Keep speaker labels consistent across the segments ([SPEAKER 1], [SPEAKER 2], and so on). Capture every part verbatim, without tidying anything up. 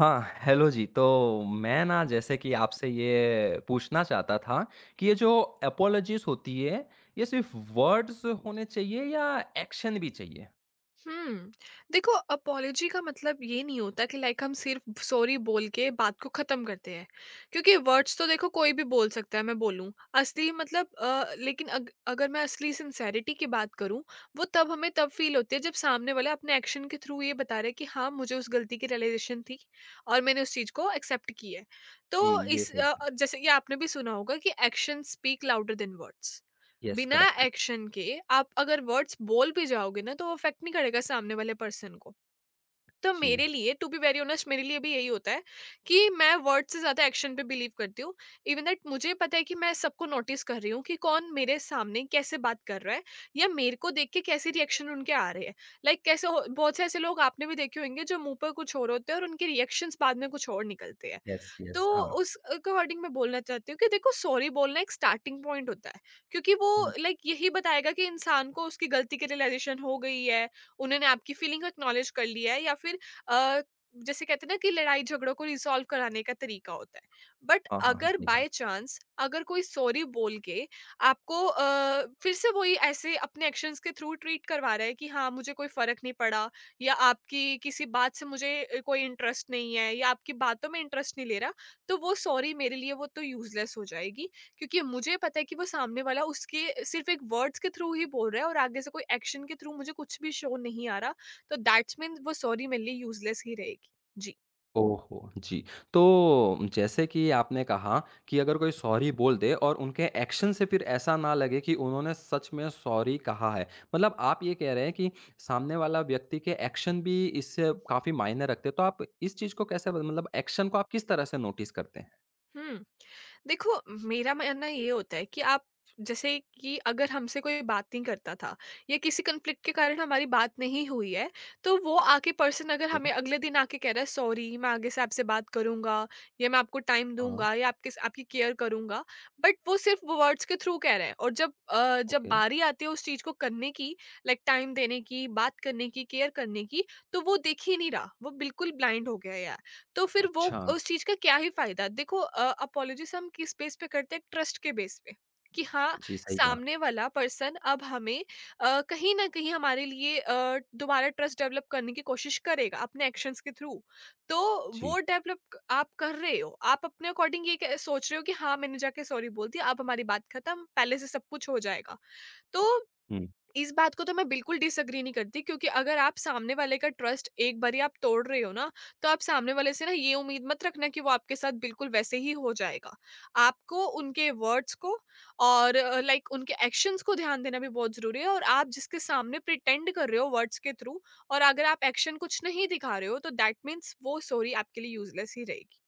[SPEAKER 1] हाँ, हेलो जी। तो मैं ना जैसे कि आपसे ये पूछना चाहता था कि ये जो अपॉलजीज़ होती है, ये सिर्फ़ वर्ड्स होने चाहिए या एक्शन भी चाहिए?
[SPEAKER 2] हुँ। देखो अपॉलॉजी का मतलब ये नहीं होता कि लाइक हम सिर्फ़ सॉरी बोल के बात को ख़त्म करते हैं। क्योंकि वर्ड्स तो देखो कोई भी बोल सकता है मैं बोलूँ। असली मतलब अ, लेकिन अग अगर मैं असली सिंसेरिटी की बात करूँ, वो तब हमें तब फ़ील होती है जब सामने वाला अपने एक्शन के थ्रू ये बता रहा है कि हाँ, मुझे उस गलती की रियलाइज़ेशन थी और मैंने उस चीज़ को एक्सेप्ट की है।
[SPEAKER 1] जी,
[SPEAKER 2] तो
[SPEAKER 1] ये
[SPEAKER 2] इस
[SPEAKER 1] सही
[SPEAKER 2] अ
[SPEAKER 1] कहा।
[SPEAKER 2] अ, जैसे कि आपने भी सुना होगा कि action speak louder than words.
[SPEAKER 1] Yes,
[SPEAKER 2] बिना
[SPEAKER 1] करेक्ट।
[SPEAKER 2] एक्शन के आप अगर वर्ड्स बोल भी जाओगे ना तो वो इफेक्ट नहीं करेगा सामने वाले पर्सन को। तो
[SPEAKER 1] जी।
[SPEAKER 2] मेरे लिए टू बी वेरी ऑनेस्ट मेरे लिए भी यही होता है कि मैं वर्ड से ज्यादा एक्शन पे बिलीव करती हूँ। इवन दैट मुझे पता है कि मैं सबको नोटिस कर रही हूँ कि कौन मेरे सामने कैसे बात कर रहा है या मेरे को देख के कैसे रिएक्शन उनके आ रहे हैं। लाइक like, कैसे हो- बहुत से ऐसे लोग आपने भी देखे होंगे जो मुंह पर कुछ और होते हैं और उनके रिएक्शंस बाद में कुछ और निकलते हैं।
[SPEAKER 1] यस,
[SPEAKER 2] तो
[SPEAKER 1] यस। हाँ।
[SPEAKER 2] उस अकॉर्डिंग मैं बोलना चाहती हूँ कि देखो सॉरी बोलना एक स्टार्टिंग पॉइंट होता है क्योंकि वो
[SPEAKER 1] हुँ।
[SPEAKER 2] लाइक यही बताएगा कि इंसान को उसकी गलती की रियलाइजेशन हो गई है, उन्होंने आपकी फीलिंग को एक्नॉलेज कर लिया है या फिर अ, जैसे कहते हैं ना कि लड़ाई झगड़ों को रिसॉल्व कराने का तरीका होता है। बट
[SPEAKER 1] हाँ, हाँ, हाँ,
[SPEAKER 2] अगर
[SPEAKER 1] सही कहा।
[SPEAKER 2] बाय चांस अगर कोई सॉरी बोल के आपको अ, फिर से वही ऐसे अपने एक्शंस के थ्रू ट्रीट करवा रहा है कि हाँ मुझे कोई फर्क नहीं पड़ा या आपकी किसी बात से मुझे अ, कोई इंटरेस्ट नहीं है या आपकी बातों में इंटरेस्ट नहीं ले रहा, तो वो सॉरी मेरे लिए वो तो यूजलेस हो जाएगी। क्योंकि मुझे पता है कि वो सामने वाला उसके सिर्फ एक वर्ड्स के थ्रू ही बोल रहा है और आगे से कोई एक्शन के थ्रू मुझे कुछ भी शो नहीं आ रहा। तो दैट्स मीन वो सॉरी मेरे लिए यूजलेस ही रहेगी। जी।
[SPEAKER 1] ओहो! जी। तो जैसे कि आपने कहा कि अगर कोई सॉरी बोल दे और उनके एक्शन से फिर ऐसा ना लगे कि उन्होंने सच में सॉरी कहा है। मतलब आप ये कह रहे हैं कि सामने वाला व्यक्ति के एक्शन भी इससे काफ़ी मायने रखते हैं। तो आप इस चीज़ को कैसे मतलब एक्शन को आप किस तरह से नोटिस करते हैं?
[SPEAKER 2] हुँ। देखो, मेरा मानना ये होता है कि आप जैसे कि अगर हमसे कोई बात नहीं करता था या किसी कॉन्फ्लिक्ट के कारण हमारी बात नहीं हुई है, तो वो आके पर्सन अगर
[SPEAKER 1] ठीक है।
[SPEAKER 2] हमें अगले दिन आके कह रहा है सॉरी मैं आगे से आपसे बात करूँगा या मैं आपको टाइम
[SPEAKER 1] हाँ,
[SPEAKER 2] दूँगा या आपके आपकी केयर करूँगा, बट वो सिर्फ़ वो वर्ड्स के थ्रू कह रहा है और जब अ, जब
[SPEAKER 1] ओके।
[SPEAKER 2] बारी आती है उस चीज़ को करने की, लाइक टाइम देने की, बात करने की, केयर करने की, तो वो दिख ही नहीं रहा, वो बिल्कुल ब्लाइंड हो गया है यार। तो फिर वो
[SPEAKER 1] अच्छा।
[SPEAKER 2] उस चीज का क्या ही फायदा देखो। अपोलॉजिस हम किस बेस पे करते हैं? ट्रस्ट के बेस पे कि हाँ
[SPEAKER 1] जी, सही कहा।
[SPEAKER 2] सामने वाला पर्सन अब हमें अ, कहीं ना कहीं हमारे लिए अ, दोबारा ट्रस्ट डेवलप करने की कोशिश करेगा अपने एक्शंस के थ्रू। तो
[SPEAKER 1] जी।
[SPEAKER 2] वो डेवलप आप कर रहे हो, आप अपने अकॉर्डिंग ये कह- सोच रहे हो कि हाँ मैंने जाके सॉरी बोल दिया अब हमारी बात खत्म पहले से सब कुछ हो जाएगा। तो
[SPEAKER 1] हुँ।
[SPEAKER 2] इस बात को तो मैं बिल्कुल डिसएग्री नहीं करती क्योंकि अगर आप सामने वाले का ट्रस्ट एक बारी आप तोड़ रहे हो ना, तो आप सामने वाले से ना ये उम्मीद मत रखना कि वो आपके साथ बिल्कुल वैसे ही हो जाएगा। आपको उनके वर्ड्स को और अ, लाइक उनके एक्शंस को ध्यान देना भी बहुत ज़रूरी है और आप जिसके सामने प्रिटेंड कर रहे हो वर्ड्स के थ्रू और अगर आप एक्शन कुछ नहीं दिखा रहे हो, तो दैट मीन्स वो सॉरी आपके लिए यूज़लेस ही रहेगी।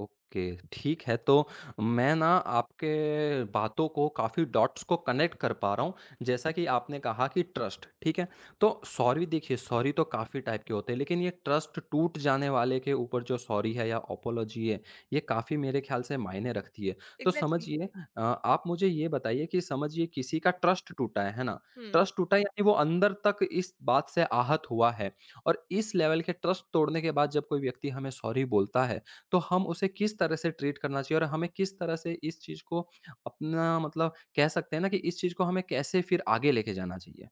[SPEAKER 1] ओके, ठीक है, तो मैं ना आपके बातों को काफ़ी डॉट्स को कनेक्ट कर पा रहा हूँ, जैसा कि आपने कहा कि ट्रस्ट, ठीक है? तो सॉरी देखिए, सॉरी तो काफ़ी टाइप के होते हैं, लेकिन ये ट्रस्ट टूट जाने वाले के ऊपर जो सॉरी है या अपोलॉजी है, ये काफ़ी मेरे ख्याल से मायने रखती है। तो
[SPEAKER 2] एग्ज़ैक्टली।
[SPEAKER 1] समझिए अ, आप मुझे ये बताइए कि समझिए किसी का ट्रस्ट टूटा है, है ना?
[SPEAKER 2] हुँ।
[SPEAKER 1] ट्रस्ट टूटा है यानी वो अंदर तक इस बात से आहत हुआ है और इस लेवल के ट्रस्ट तोड़ने के बाद जब कोई व्यक्ति हमें सॉरी बोलता है, तो हम उसे किस तरह से ट्रीट करना चाहिए और हमें किस तरह से इस चीज़ को अपना मतलब कह सकते हैं ना कि इस चीज़ को हमें कैसे फिर आगे लेके जाना चाहिए?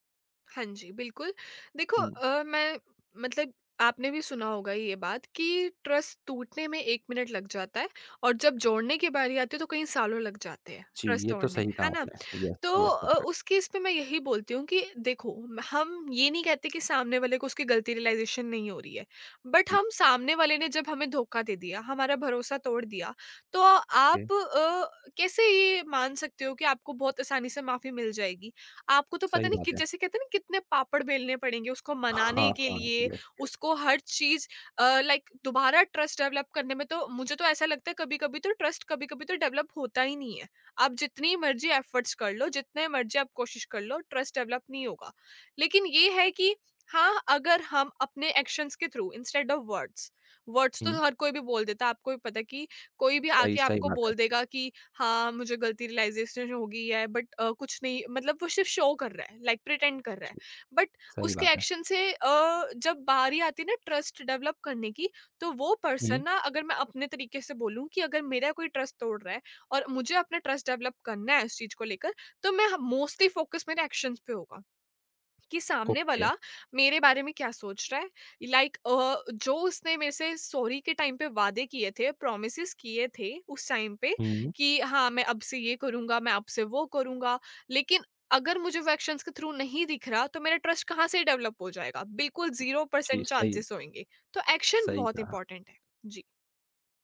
[SPEAKER 2] हाँ जी, बिल्कुल। देखो
[SPEAKER 1] हुँ।
[SPEAKER 2] अ, मैं मतलब आपने भी सुना होगा ये बात कि ट्रस्ट टूटने में 1 मिनट लग जाता है और जब जोड़ने की बारी आती है तो कई सालों लग जाते हैं
[SPEAKER 1] जी,
[SPEAKER 2] ट्रस्ट
[SPEAKER 1] ये तो
[SPEAKER 2] तोड़ने
[SPEAKER 1] सही
[SPEAKER 2] में,
[SPEAKER 1] कहा
[SPEAKER 2] है ना?
[SPEAKER 1] आपने। यस,
[SPEAKER 2] तो
[SPEAKER 1] यस,
[SPEAKER 2] अ,
[SPEAKER 1] परफेक्ट।
[SPEAKER 2] उस केस में मैं यही बोलती हूँ कि देखो म- हम ये नहीं कहते कि सामने वाले को उसकी गलती रियलाइज़ेशन नहीं हो रही है। बट
[SPEAKER 1] हुँ,
[SPEAKER 2] हम सामने वाले ने जब हमें धोखा दे दिया, हमारा भरोसा तोड़ दिया, तो
[SPEAKER 1] ओके,
[SPEAKER 2] आप अ, कैसे ये मान सकते हो कि आपको बहुत आसानी से माफ़ी मिल जाएगी? आपको तो पता
[SPEAKER 1] सही
[SPEAKER 2] नहीं कि
[SPEAKER 1] बात है।
[SPEAKER 2] जैसे कहते हैं ना कितने पापड़ बेलने पड़ेंगे उसको
[SPEAKER 1] हाँ,
[SPEAKER 2] मनाने के
[SPEAKER 1] हाँ,
[SPEAKER 2] लिए,
[SPEAKER 1] यस, यस।
[SPEAKER 2] उसको हर चीज़ अ, लाइक दोबारा ट्रस्ट डेवलप करने में। तो मुझे तो ऐसा लगता है कभी-कभी तो ट्रस्ट कभी-कभी तो डेवलप होता ही नहीं है। आप जितनी मर्ज़ी एफर्ट्स कर लो, जितने मर्ज़ी आप कोशिश कर लो, ट्रस्ट डेवलप नहीं होगा। लेकिन ये है कि हाँ, अगर हम अपने एक्शंस के through instead of words. Words
[SPEAKER 1] हुँ,
[SPEAKER 2] तो हर कोई भी बोल देता है, आपको भी पता है कि कोई भी
[SPEAKER 1] सही
[SPEAKER 2] आके
[SPEAKER 1] सही
[SPEAKER 2] आपको
[SPEAKER 1] बात है।
[SPEAKER 2] बोल देगा कि हाँ मुझे गलती रियलाइजेशन हो गई है, बट कुछ नहीं मतलब वो सिर्फ शो कर रहा है लाइक प्रिटेंड कर रहा है।
[SPEAKER 1] जी,
[SPEAKER 2] बट
[SPEAKER 1] सही
[SPEAKER 2] उसके
[SPEAKER 1] बात है।
[SPEAKER 2] एक्शन से अ, जब बारी आती है ना ट्रस्ट डेवलप करने की, तो वो
[SPEAKER 1] हुँ,
[SPEAKER 2] पर्सन ना अगर मैं अपने तरीके से बोलूँ कि अगर मेरा कोई ट्रस्ट तोड़ रहा है और मुझे अपना ट्रस्ट डेवलप करना है उस चीज को लेकर, तो मैं मोस्टली फोकस मेरे एक्शंस पे होगा कि सामने
[SPEAKER 1] ओके।
[SPEAKER 2] वाला मेरे बारे में क्या सोच रहा है। लाइक अ, जो उसने मेरे से सॉरी के टाइम पे वादे किए थे, प्रोमिस किए थे उस टाइम पे
[SPEAKER 1] हुँ,
[SPEAKER 2] कि हाँ मैं अब से ये करूंगा मैं अब से वो करूंगा, लेकिन अगर मुझे वो एक्शंस के थ्रू नहीं दिख रहा तो मेरा ट्रस्ट कहाँ से डेवलप हो जाएगा? बिल्कुल जीरो
[SPEAKER 1] जी,
[SPEAKER 2] परसेंट
[SPEAKER 1] सही
[SPEAKER 2] चांसेस होंगे। तो एक्शन
[SPEAKER 1] सही
[SPEAKER 2] बहुत
[SPEAKER 1] कहा।
[SPEAKER 2] इंपॉर्टेंट है। जी।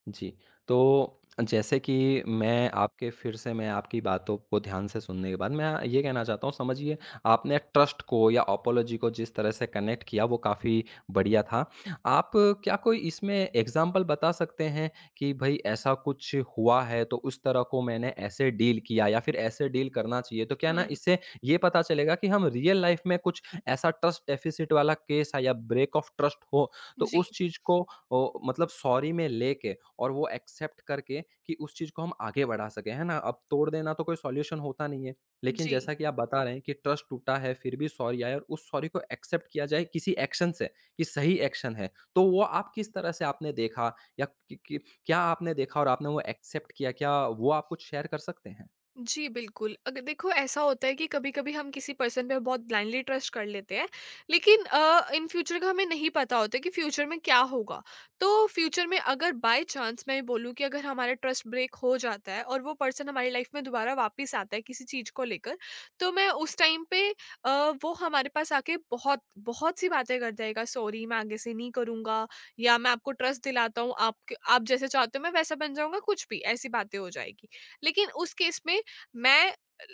[SPEAKER 1] जी, तो जैसे कि मैं आपके फिर से मैं आपकी बातों को ध्यान से सुनने के बाद मैं ये कहना चाहता हूँ समझिए आपने ट्रस्ट को या अपोलॉजी को जिस तरह से कनेक्ट किया वो काफ़ी बढ़िया था। आप क्या कोई इसमें एग्ज़ाम्पल बता सकते हैं कि भई ऐसा कुछ हुआ है तो उस तरह को मैंने ऐसे डील किया या फिर ऐसे डील करना चाहिए। तो क्या ना
[SPEAKER 2] हम्म,
[SPEAKER 1] इससे ये पता चलेगा कि हम रियल लाइफ़ में कुछ ऐसा ट्रस्ट डेफ़िसिट वाला केस है या ब्रेक ऑफ ट्रस्ट हो तो
[SPEAKER 2] जी,
[SPEAKER 1] उस चीज़ को ओ मतलब सॉरी में लेके और वो एक्सेप्ट करके कि उस चीज़ को हम आगे बढ़ा सकें, है ना? अब तोड़ देना तो कोई सॉल्यूशन होता नहीं है, लेकिन
[SPEAKER 2] जी,
[SPEAKER 1] जैसा कि आप बता रहे हैं कि ट्रस्ट टूटा है, फिर भी सॉरी आया और उस सॉरी को एक्सेप्ट किया जाए किसी एक्शन से, कि सही एक्शन है। तो वो आप किस तरह से आपने देखा या कि कि क्या आपने देखा और आपने वो एक्सेप्ट किया? क्या वो आप कुछ शेयर कर सकते हैं?
[SPEAKER 2] जी, बिल्कुल। अगर देखो ऐसा होता है कि कभी-कभी हम किसी पर्सन पे बहुत ब्लाइंडली ट्रस्ट कर लेते हैं, लेकिन अ, इन फ्यूचर का हमें नहीं पता होता कि फ्यूचर में क्या होगा। तो फ्यूचर में अगर बाय चांस मैं बोलूँ कि अगर हमारा ट्रस्ट ब्रेक हो जाता है और वो पर्सन हमारी लाइफ में दोबारा वापस आता है किसी चीज़ को लेकर, तो मैं उस टाइम पे अ, वो हमारे पास आके बहुत, बहुत-सी बातें कर जाएगा, सॉरी मैं आगे से नहीं करूँगा या मैं आपको ट्रस्ट दिलाता हूँ, आपके आप जैसे चाहते हो मैं वैसा बन जाऊँगा, कुछ भी, ऐसी बातें हो जाएगी। लेकिन उस केस में मैं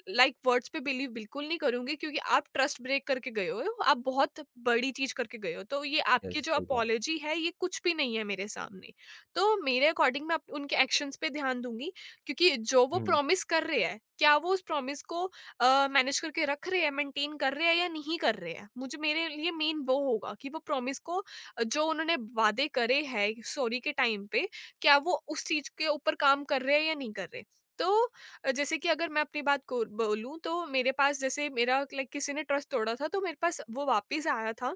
[SPEAKER 2] लाइक वर्ड्स पे बिलीव बिल्कुल नहीं करूंगी क्योंकि आप ट्रस्ट ब्रेक करके गए हो, आप बहुत बड़ी चीज करके गए हो, तो ये
[SPEAKER 1] यस,
[SPEAKER 2] आपकी जो
[SPEAKER 1] सही कहा।
[SPEAKER 2] अपॉलोजी है ये कुछ भी नहीं है मेरे सामने। तो मेरे अकॉर्डिंग मैं अप- उनके एक्शंस पे ध्यान दूंगी क्योंकि जो वो
[SPEAKER 1] हुँ,
[SPEAKER 2] प्रॉमिस कर रहे हैं क्या वो उस प्रॉमिस को मैनेज करके रख रहे हैं, मेंटेन कर रहे हैं या नहीं कर रहे हैं। मुझे मेरे लिए मेन वो होगा कि वो प्रॉमिस को अ, जो उन्होंने वादे करे हैं सॉरी के टाइम पे, क्या वो उस चीज के ऊपर काम कर रहे हैं या नहीं कर रहे। तो अ, जैसे कि अगर मैं अपनी बात को बोलूँ, तो मेरे पास जैसे मेरा लाइक किसी ने ट्रस्ट तोड़ा था तो मेरे पास वो वापस आया था।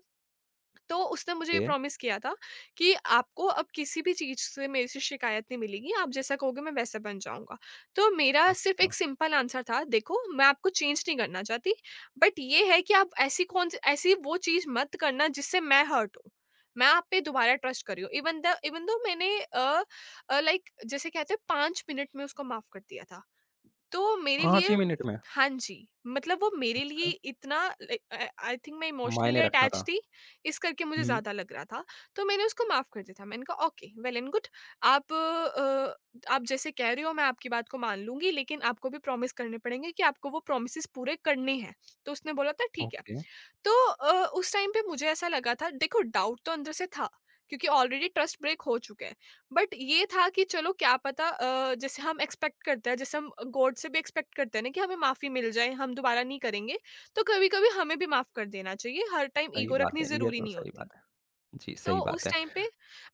[SPEAKER 2] तो उसने मुझे ये
[SPEAKER 1] ओके,
[SPEAKER 2] प्रॉमिस किया था कि आपको अब किसी भी चीज़ से मेरे से शिकायत नहीं मिलेगी, आप जैसा कहोगे मैं वैसा बन जाऊँगा। तो मेरा सिर्फ़
[SPEAKER 1] अच्छा।
[SPEAKER 2] एक सिंपल आंसर था देखो मैं आपको चेंज नहीं करना चाहती, बट ये है कि आप ऐसी कौन सी ऐसी वो चीज़ मत करना जिससे मैं हर्ट हूँ। मैं आप पे दोबारा ट्रस्ट कर रही हूँ। इवन द इवन दो मैंने अ अ, लाइक जैसे कहते हैं 5 मिनट में उसको माफ़ कर दिया था। तो मेरे
[SPEAKER 1] पाँच ही
[SPEAKER 2] लिए
[SPEAKER 1] मिनट में?
[SPEAKER 2] हाँ जी, मतलब वो मेरे लिए
[SPEAKER 1] अच्छा,
[SPEAKER 2] इतना लाइक अ, आई थिंक मैं इमोशनली
[SPEAKER 1] मायने रखता
[SPEAKER 2] अटैच
[SPEAKER 1] था।
[SPEAKER 2] थी, इस करके मुझे
[SPEAKER 1] हुँ,
[SPEAKER 2] ज़्यादा लग रहा था। तो मैंने उसको माफ़ कर दिया था। मैंने कहा ओके, वेल एंड गुड। आप अ, आप जैसे कह रहे हो मैं आपकी बात को मान लूँगी लेकिन आपको भी प्रॉमिस करने पड़ेंगे कि आपको वो प्रॉमिसेस पूरे करने हैं। तो उसने बोला था ठीक है।
[SPEAKER 1] ओके,
[SPEAKER 2] तो अ, उस टाइम पे मुझे ऐसा लगा था देखो डाउट तो अंदर से था क्योंकि ऑलरेडी ट्रस्ट ब्रेक हो चुका है। बट ये था कि चलो क्या पता अ, जैसे हम एक्सपेक्ट करते हैं जैसे हम गॉड से भी एक्सपेक्ट करते हैं ना कि हमें माफ़ी मिल जाए, हम दोबारा नहीं करेंगे। तो कभी कभी हमें भी माफ कर देना चाहिए, हर टाइम
[SPEAKER 1] सही
[SPEAKER 2] ईगो
[SPEAKER 1] बात
[SPEAKER 2] रखनी
[SPEAKER 1] है, ये
[SPEAKER 2] जरूरी
[SPEAKER 1] तो
[SPEAKER 2] नहीं
[SPEAKER 1] सही
[SPEAKER 2] होती।
[SPEAKER 1] बात है। जी,
[SPEAKER 2] तो
[SPEAKER 1] सही बात
[SPEAKER 2] उस
[SPEAKER 1] है।
[SPEAKER 2] टाइम पे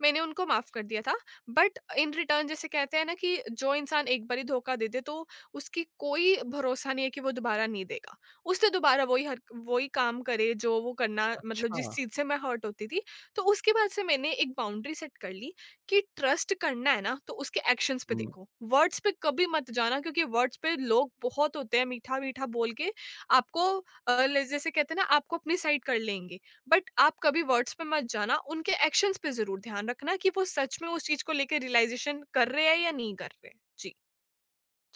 [SPEAKER 2] मैंने उनको माफ़ कर दिया था। बट इन रिटर्न जैसे कहते हैं ना कि जो इंसान एक बारी धोखा दे दे, तो उसकी कोई भरोसा नहीं है कि वो दोबारा नहीं देगा। उसने दोबारा वही हर वही काम करे जो वो करना मतलब
[SPEAKER 1] अच्छा,
[SPEAKER 2] जिस चीज़ से मैं हर्ट होती थी। तो उसके बाद से मैंने एक बाउंड्री सेट कर ली कि ट्रस्ट करना है ना, तो उसके एक्शंस पे
[SPEAKER 1] हुँ।
[SPEAKER 2] देखो। वर्ड्स पे कभी मत जाना क्योंकि वर्ड्स पे लोग बहुत होते हैं मीठा-मीठा बोल के आपको अ, ल जैसे कहते हैं ना आपको अपनी साइड कर लेंगे। बट आप कभी वर्ड्स पे मत जाना, उनके एक्शंस पे ज़रूर ध्यान रखना कि वो सच में उस चीज़ को लेके रियलाइज़ेशन कर रहे हैं या नहीं कर रहे हैं। जी।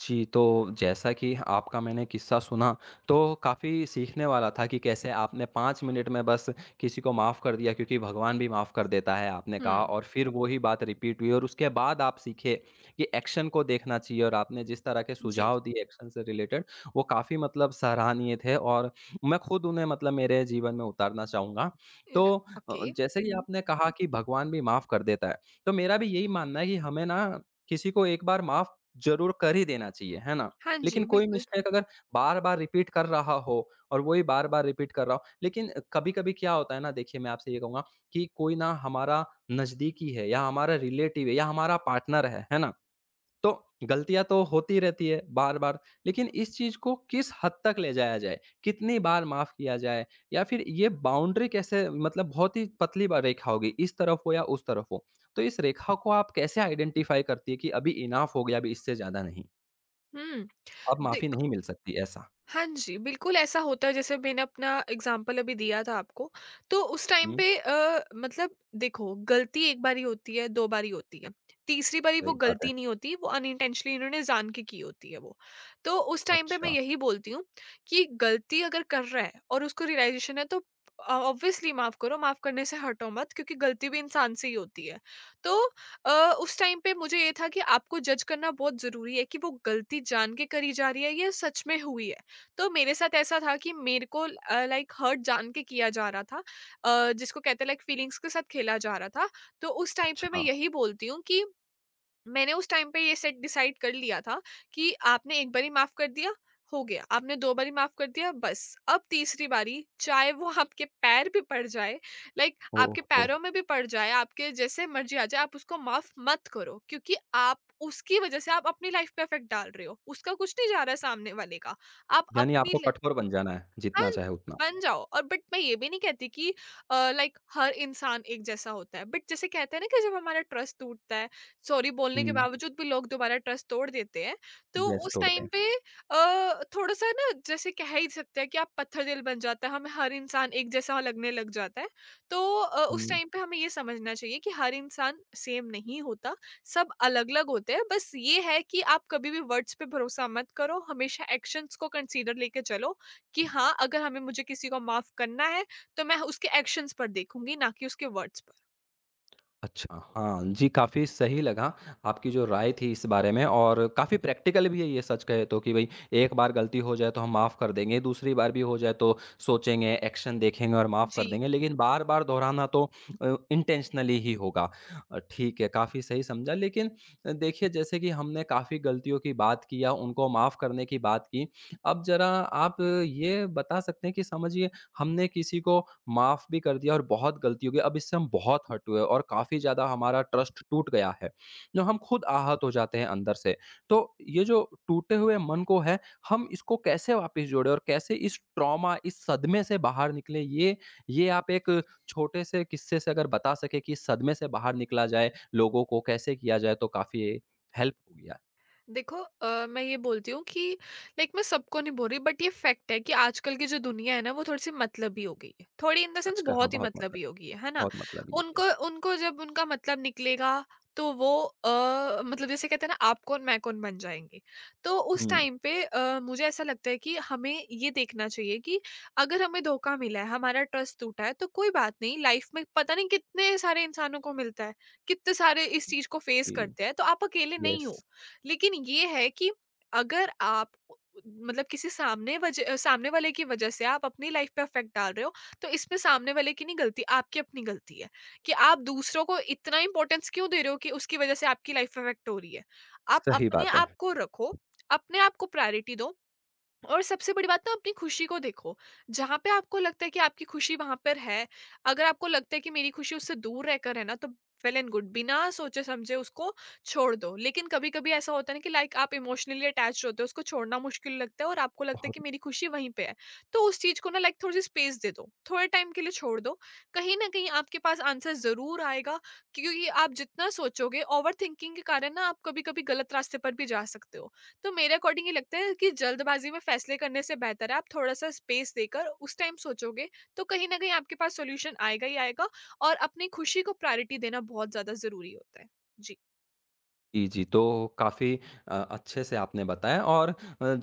[SPEAKER 1] जी, तो जैसा कि आपका मैंने किस्सा सुना, तो काफ़ी सीखने वाला था कि कैसे आपने पाँच मिनट में बस किसी को माफ़ कर दिया क्योंकि भगवान भी माफ़ कर देता है आपने
[SPEAKER 2] हुँ।
[SPEAKER 1] कहा और फिर वो ही बात रिपीट हुई और उसके बाद आप सीखे कि एक्शन को देखना चाहिए और आपने जिस तरह के
[SPEAKER 2] जी।
[SPEAKER 1] सुझाव दिए एक्शन से रिलेटेड, वो काफ़ी मतलब सराहनीय थे और मैं खुद उन्हें मतलब मेरे जीवन में उतारना चाहूँगा। तो
[SPEAKER 2] इर
[SPEAKER 1] अ,
[SPEAKER 2] ओके।
[SPEAKER 1] जैसे कि
[SPEAKER 2] हुँ।
[SPEAKER 1] आपने कहा कि भगवान भी माफ़ कर देता है, तो मेरा भी यही मानना है कि हमें ना किसी को एक बार माफ़ ज़रूर कर ही देना चाहिए, है ना?
[SPEAKER 2] हाँ
[SPEAKER 1] लेकिन
[SPEAKER 2] जी,
[SPEAKER 1] कोई
[SPEAKER 2] बिल्कुल।
[SPEAKER 1] मिस्टेक अगर बार-बार रिपीट कर रहा हो और वही बार-बार रिपीट कर रहा हो लेकिन कभी-कभी क्या होता है ना देखिए मैं आपसे ये कहूँगा कि कोई ना हमारा नज़दीकी है या हमारा रिलेटिव है या हमारा पार्टनर है, है ना? तो गलतियाँ तो होती रहती है बार-बार, लेकिन इस चीज़ को किस हद तक ले जाया जाए? कितनी बार माफ़ किया जाए? या फिर ये बाउंड्री कैसे मतलब बहुत ही पतली ब रेखा होगी, इस तरफ हो या उस तरफ हो। तो इस रेखा को आप कैसे आइडेंटिफ़ाई करती है कि अभी इनफ हो गया, अभी इससे ज़्यादा नहीं,
[SPEAKER 2] हुँ।
[SPEAKER 1] अब माफ़ी
[SPEAKER 2] देख
[SPEAKER 1] नहीं मिल सकती ऐसा?
[SPEAKER 2] हाँ जी, बिल्कुल ऐसा होता है जैसे मैंने अपना एग्ज़ाम्पल अभी दिया था आपको, तो उस टाइम
[SPEAKER 1] हुँ,
[SPEAKER 2] पे अ, मतलब देखो गलती एक बारी होती है, दो बारी होती है, तीसरी बारी वो
[SPEAKER 1] सही बात है।
[SPEAKER 2] गलती नहीं होती, वो अनइंटेंशनली इन्होंने जान के की होती है वो। तो उस टाइम पे मैं
[SPEAKER 1] अच्छा,
[SPEAKER 2] यही बोलती हूँ कि गलती अगर कर रहा है और उसको रियलाइज़ेशन है तो अ, ऑब्वियसली माफ़ करो, माफ़ करने से हटो मत क्योंकि गलती भी इंसान से ही होती है। तो अ, उस टाइम पे मुझे ये था कि आपको जज करना बहुत ज़रूरी है कि वो गलती जान के करी जा रही है या सच में हुई है। तो मेरे साथ ऐसा था कि मेरे को लाइक हर्ट जान के किया जा रहा था अ, जिसको कहते हैं लाइक फीलिंग्स के साथ खेला जा रहा था। तो उस टाइम पे मैं
[SPEAKER 1] अच्छा।
[SPEAKER 2] यही बोलती हूँ कि मैंने उस टाइम पे ये सेट डिसाइड कर लिया था कि आपने एक बारी माफ कर दिया, हो गया। आपने दो बारी माफ कर दिया, बस। अब तीसरी बारी चाहे वो आपके पैर भी पड़ जाए, लाइक आपके
[SPEAKER 1] ओह हो!
[SPEAKER 2] पैरों में भी पड़ जाए, आपके जैसे मर्जी आ जाए, आप उसको माफ मत करो क्योंकि आप उसकी वजह से आप अपनी लाइफ पे इफेक्ट डाल रहे हो, उसका कुछ नहीं जा रहा है सामने वाले का। आप
[SPEAKER 1] यानी
[SPEAKER 2] अपनी
[SPEAKER 1] आपको कठोर बन जाना है, जितना
[SPEAKER 2] हाँ,
[SPEAKER 1] चाहे उतना।
[SPEAKER 2] बन जाओ। और बट मैं ये भी नहीं कहती कि अ, लाइक हर इंसान एक जैसा होता है। बट जैसे कहते हैं ना कि जब हमारा ट्रस्ट टूटता है, सॉरी बोलने के
[SPEAKER 1] हुँ,
[SPEAKER 2] बावजूद भी लोग दोबारा ट्रस्ट तोड़ देते हैं, तो
[SPEAKER 1] येस
[SPEAKER 2] उस
[SPEAKER 1] तोड़ते
[SPEAKER 2] टाइम
[SPEAKER 1] हैं।
[SPEAKER 2] पे अ, थोड़ा सा ना जैसे कह ही सकते हैं कि आप पत्थर दिल बन जाता है, हमें हर इंसान एक जैसा लगने लग जाता है। तो अ, उस
[SPEAKER 1] हुँ।
[SPEAKER 2] टाइम पे हमें ये समझना चाहिए कि हर इंसान सेम नहीं होता। सब अलग अलग होते हैं। बस ये है कि आप कभी भी वर्ड्स पे भरोसा मत करो, हमेशा एक्शंस को कंसीडर लेके चलो कि हाँ, अगर हमें मुझे किसी को माफ़ करना है, तो मैं उसके एक्शंस पर देखूँगी, ना कि उसके वर्ड्स पर।
[SPEAKER 1] अच्छा, हाँ जी, काफ़ी सही लगा आपकी जो राय थी इस बारे में और काफ़ी प्रैक्टिकल भी है ये सच कहे तो कि भई एक बार गलती हो जाए तो हम माफ़ कर देंगे, दूसरी बार भी हो जाए तो सोचेंगे, एक्शन देखेंगे और माफ़ कर
[SPEAKER 2] जी।
[SPEAKER 1] देंगे, लेकिन बार-बार दोहराना तो अ, इंटेंशनली ही होगा। अ, ठीक है, काफ़ी सही समझा लेकिन अ, देखिए जैसे कि हमने काफ़ी गलतियों की बात की या उनको माफ़ करने की बात की, अब ज़रा आप ये बता सकते हैं कि समझिए हमने किसी को माफ़ भी कर दिया और बहुत गलती हो गई। अब इससे हम बहुत हर्ट हुए और काफ़ी ज़्यादा हमारा ट्रस्ट टूट गया है। जो हम खुद आहत हो जाते हैं अंदर से। तो ये जो टूटे हुए मन को है, हम इसको कैसे वापस जोड़ें और कैसे इस ट्रॉमा, इस सदमे से बाहर निकलें? ये ये आप एक छोटे से किस्से से अगर बता सकें कि इस सदमे से बाहर निकला जाए, लोगों को कैसे किया जाए तो काफ़ी हेल्प होगी यार।
[SPEAKER 2] देखो अ, मैं ये बोलती हूँ कि लाइक मैं सबको नहीं बोल रही, बट ये फैक्ट है कि आजकल की जो दुनिया है ना वो थोड़ी सी मतलबी हो गई है, थोड़ी इन द
[SPEAKER 1] सच
[SPEAKER 2] सेंस
[SPEAKER 1] कहा,
[SPEAKER 2] बहुत ही
[SPEAKER 1] बहुत मतलब
[SPEAKER 2] मतलबी हो गई है है ना।
[SPEAKER 1] बहुत मतलब ये। यस।
[SPEAKER 2] उनको उनको जब उनका मतलब निकलेगा, तो वो अ, मतलब जैसे कहते हैं ना आप कौन मैं कौन बन जाएंगे। तो उस
[SPEAKER 1] हुँ,
[SPEAKER 2] टाइम पे अ, मुझे ऐसा लगता है कि हमें ये देखना चाहिए कि अगर हमें धोखा मिला है, हमारा ट्रस्ट टूटा है, तो कोई बात नहीं। लाइफ में पता नहीं कितने सारे इंसानों को मिलता है, कितने सारे इस चीज को फेस
[SPEAKER 1] जी।
[SPEAKER 2] करते हैं, तो आप अकेले नहीं हो।
[SPEAKER 1] यस,
[SPEAKER 2] लेकिन ये है कि अगर आप मतलब किसी सामने वजह सामने वाले की वजह से आप अपनी लाइफ पे इफेक्ट डाल रहे हो, तो इसमें सामने वाले की नहीं गलती, आपकी अपनी गलती है कि आप दूसरों को इतना इंपॉर्टेंस क्यों दे रहे हो कि उसकी वजह से आपकी लाइफ इफेक्ट हो रही है। आप
[SPEAKER 1] सही
[SPEAKER 2] अपने
[SPEAKER 1] बात है।
[SPEAKER 2] आप को रखो, अपने आप को प्रायोरिटी दो और सबसे बड़ी बात ना अपनी खुशी को देखो। जहाँ पे आपको लगता है कि आपकी खुशी वहां पर है, अगर आपको लगता है कि मेरी खुशी उससे दूर रहकर है ना, तो वेल एंड गुड, बिना सोचे समझे उसको छोड़ दो। लेकिन कभी कभी ऐसा होता है ना कि लाइक आप इमोशनली अटैच होते हो, उसको छोड़ना मुश्किल लगता है और आपको लगता है
[SPEAKER 1] صح
[SPEAKER 2] कि मेरी खुशी वहीं पे है, तो उस चीज को ना लाइक थोड़ी सी स्पेस दे दो, थोड़े टाइम के लिए छोड़ दो। कहीं ना कहीं आपके पास आंसर जरूर आएगा क्योंकि आप जितना सोचोगे, ओवर थिंकिंग के कारण ना आप कभी कभी गलत रास्ते पर भी जा सकते हो। तो मेरे अकॉर्डिंग ये लगता है कि जल्दबाजी में फैसले करने से बेहतर है आप थोड़ा-सा स्पेस देकर उस टाइम सोचोगे, तो कहीं न कहीं आपके पास सॉल्यूशन आएगा ही आएगा। और अपनी खुशी को प्रायोरिटी देना बहुत ज़्यादा ज़रूरी होता है। जी,
[SPEAKER 1] जी, जी। तो काफ़ी अ, अच्छे से आपने बताया और अ,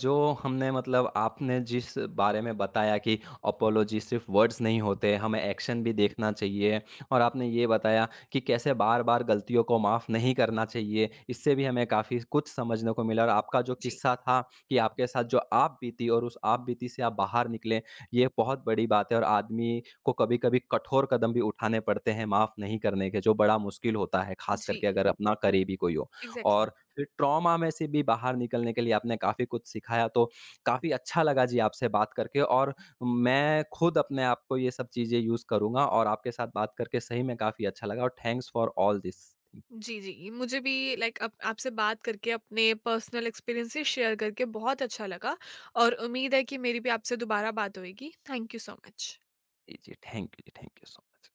[SPEAKER 1] जो हमने मतलब आपने जिस बारे में बताया कि अपोलॉजी सिर्फ़ वर्ड्स नहीं होते, हमें एक्शन भी देखना चाहिए और आपने ये बताया कि कैसे बार-बार गलतियों को माफ़ नहीं करना चाहिए, इससे भी हमें काफ़ी कुछ समझने को मिला और आपका जो
[SPEAKER 2] जी,
[SPEAKER 1] किस्सा था कि आपके साथ जो आप बीती और उस आप बीती से आप बाहर निकले, ये बहुत बड़ी बात है और आदमी को कभी-कभी कठोर कदम भी उठाने पड़ते हैं माफ़ नहीं करने के, जो बड़ा मुश्किल होता है, ख़ास
[SPEAKER 2] जी,
[SPEAKER 1] करके अगर अपना करीबी कोई हो।
[SPEAKER 2] एग्ज़ैक्टली।
[SPEAKER 1] और फिर ट्रॉमा में से भी बाहर निकलने के लिए आपने काफ़ी कुछ सिखाया, तो काफ़ी अच्छा लगा जी आपसे बात करके और मैं खुद अपने आप को ये सब चीज़ें यूज़ करूँगा और आपके साथ बात करके सही में काफ़ी अच्छा लगा और थैंक्स फॉर ऑल दिस।
[SPEAKER 2] जी, जी, मुझे भी लाइक आप आपसे बात करके अपने पर्सनल एक्सपीरियंसेस शेयर करके बहुत अच्छा लगा और उम्मीद है कि मेरी भी आपसे दोबारा बात होएगी। Thank you so much.
[SPEAKER 1] जी, जी, थैंक यू जी, थैंक यू सो मच।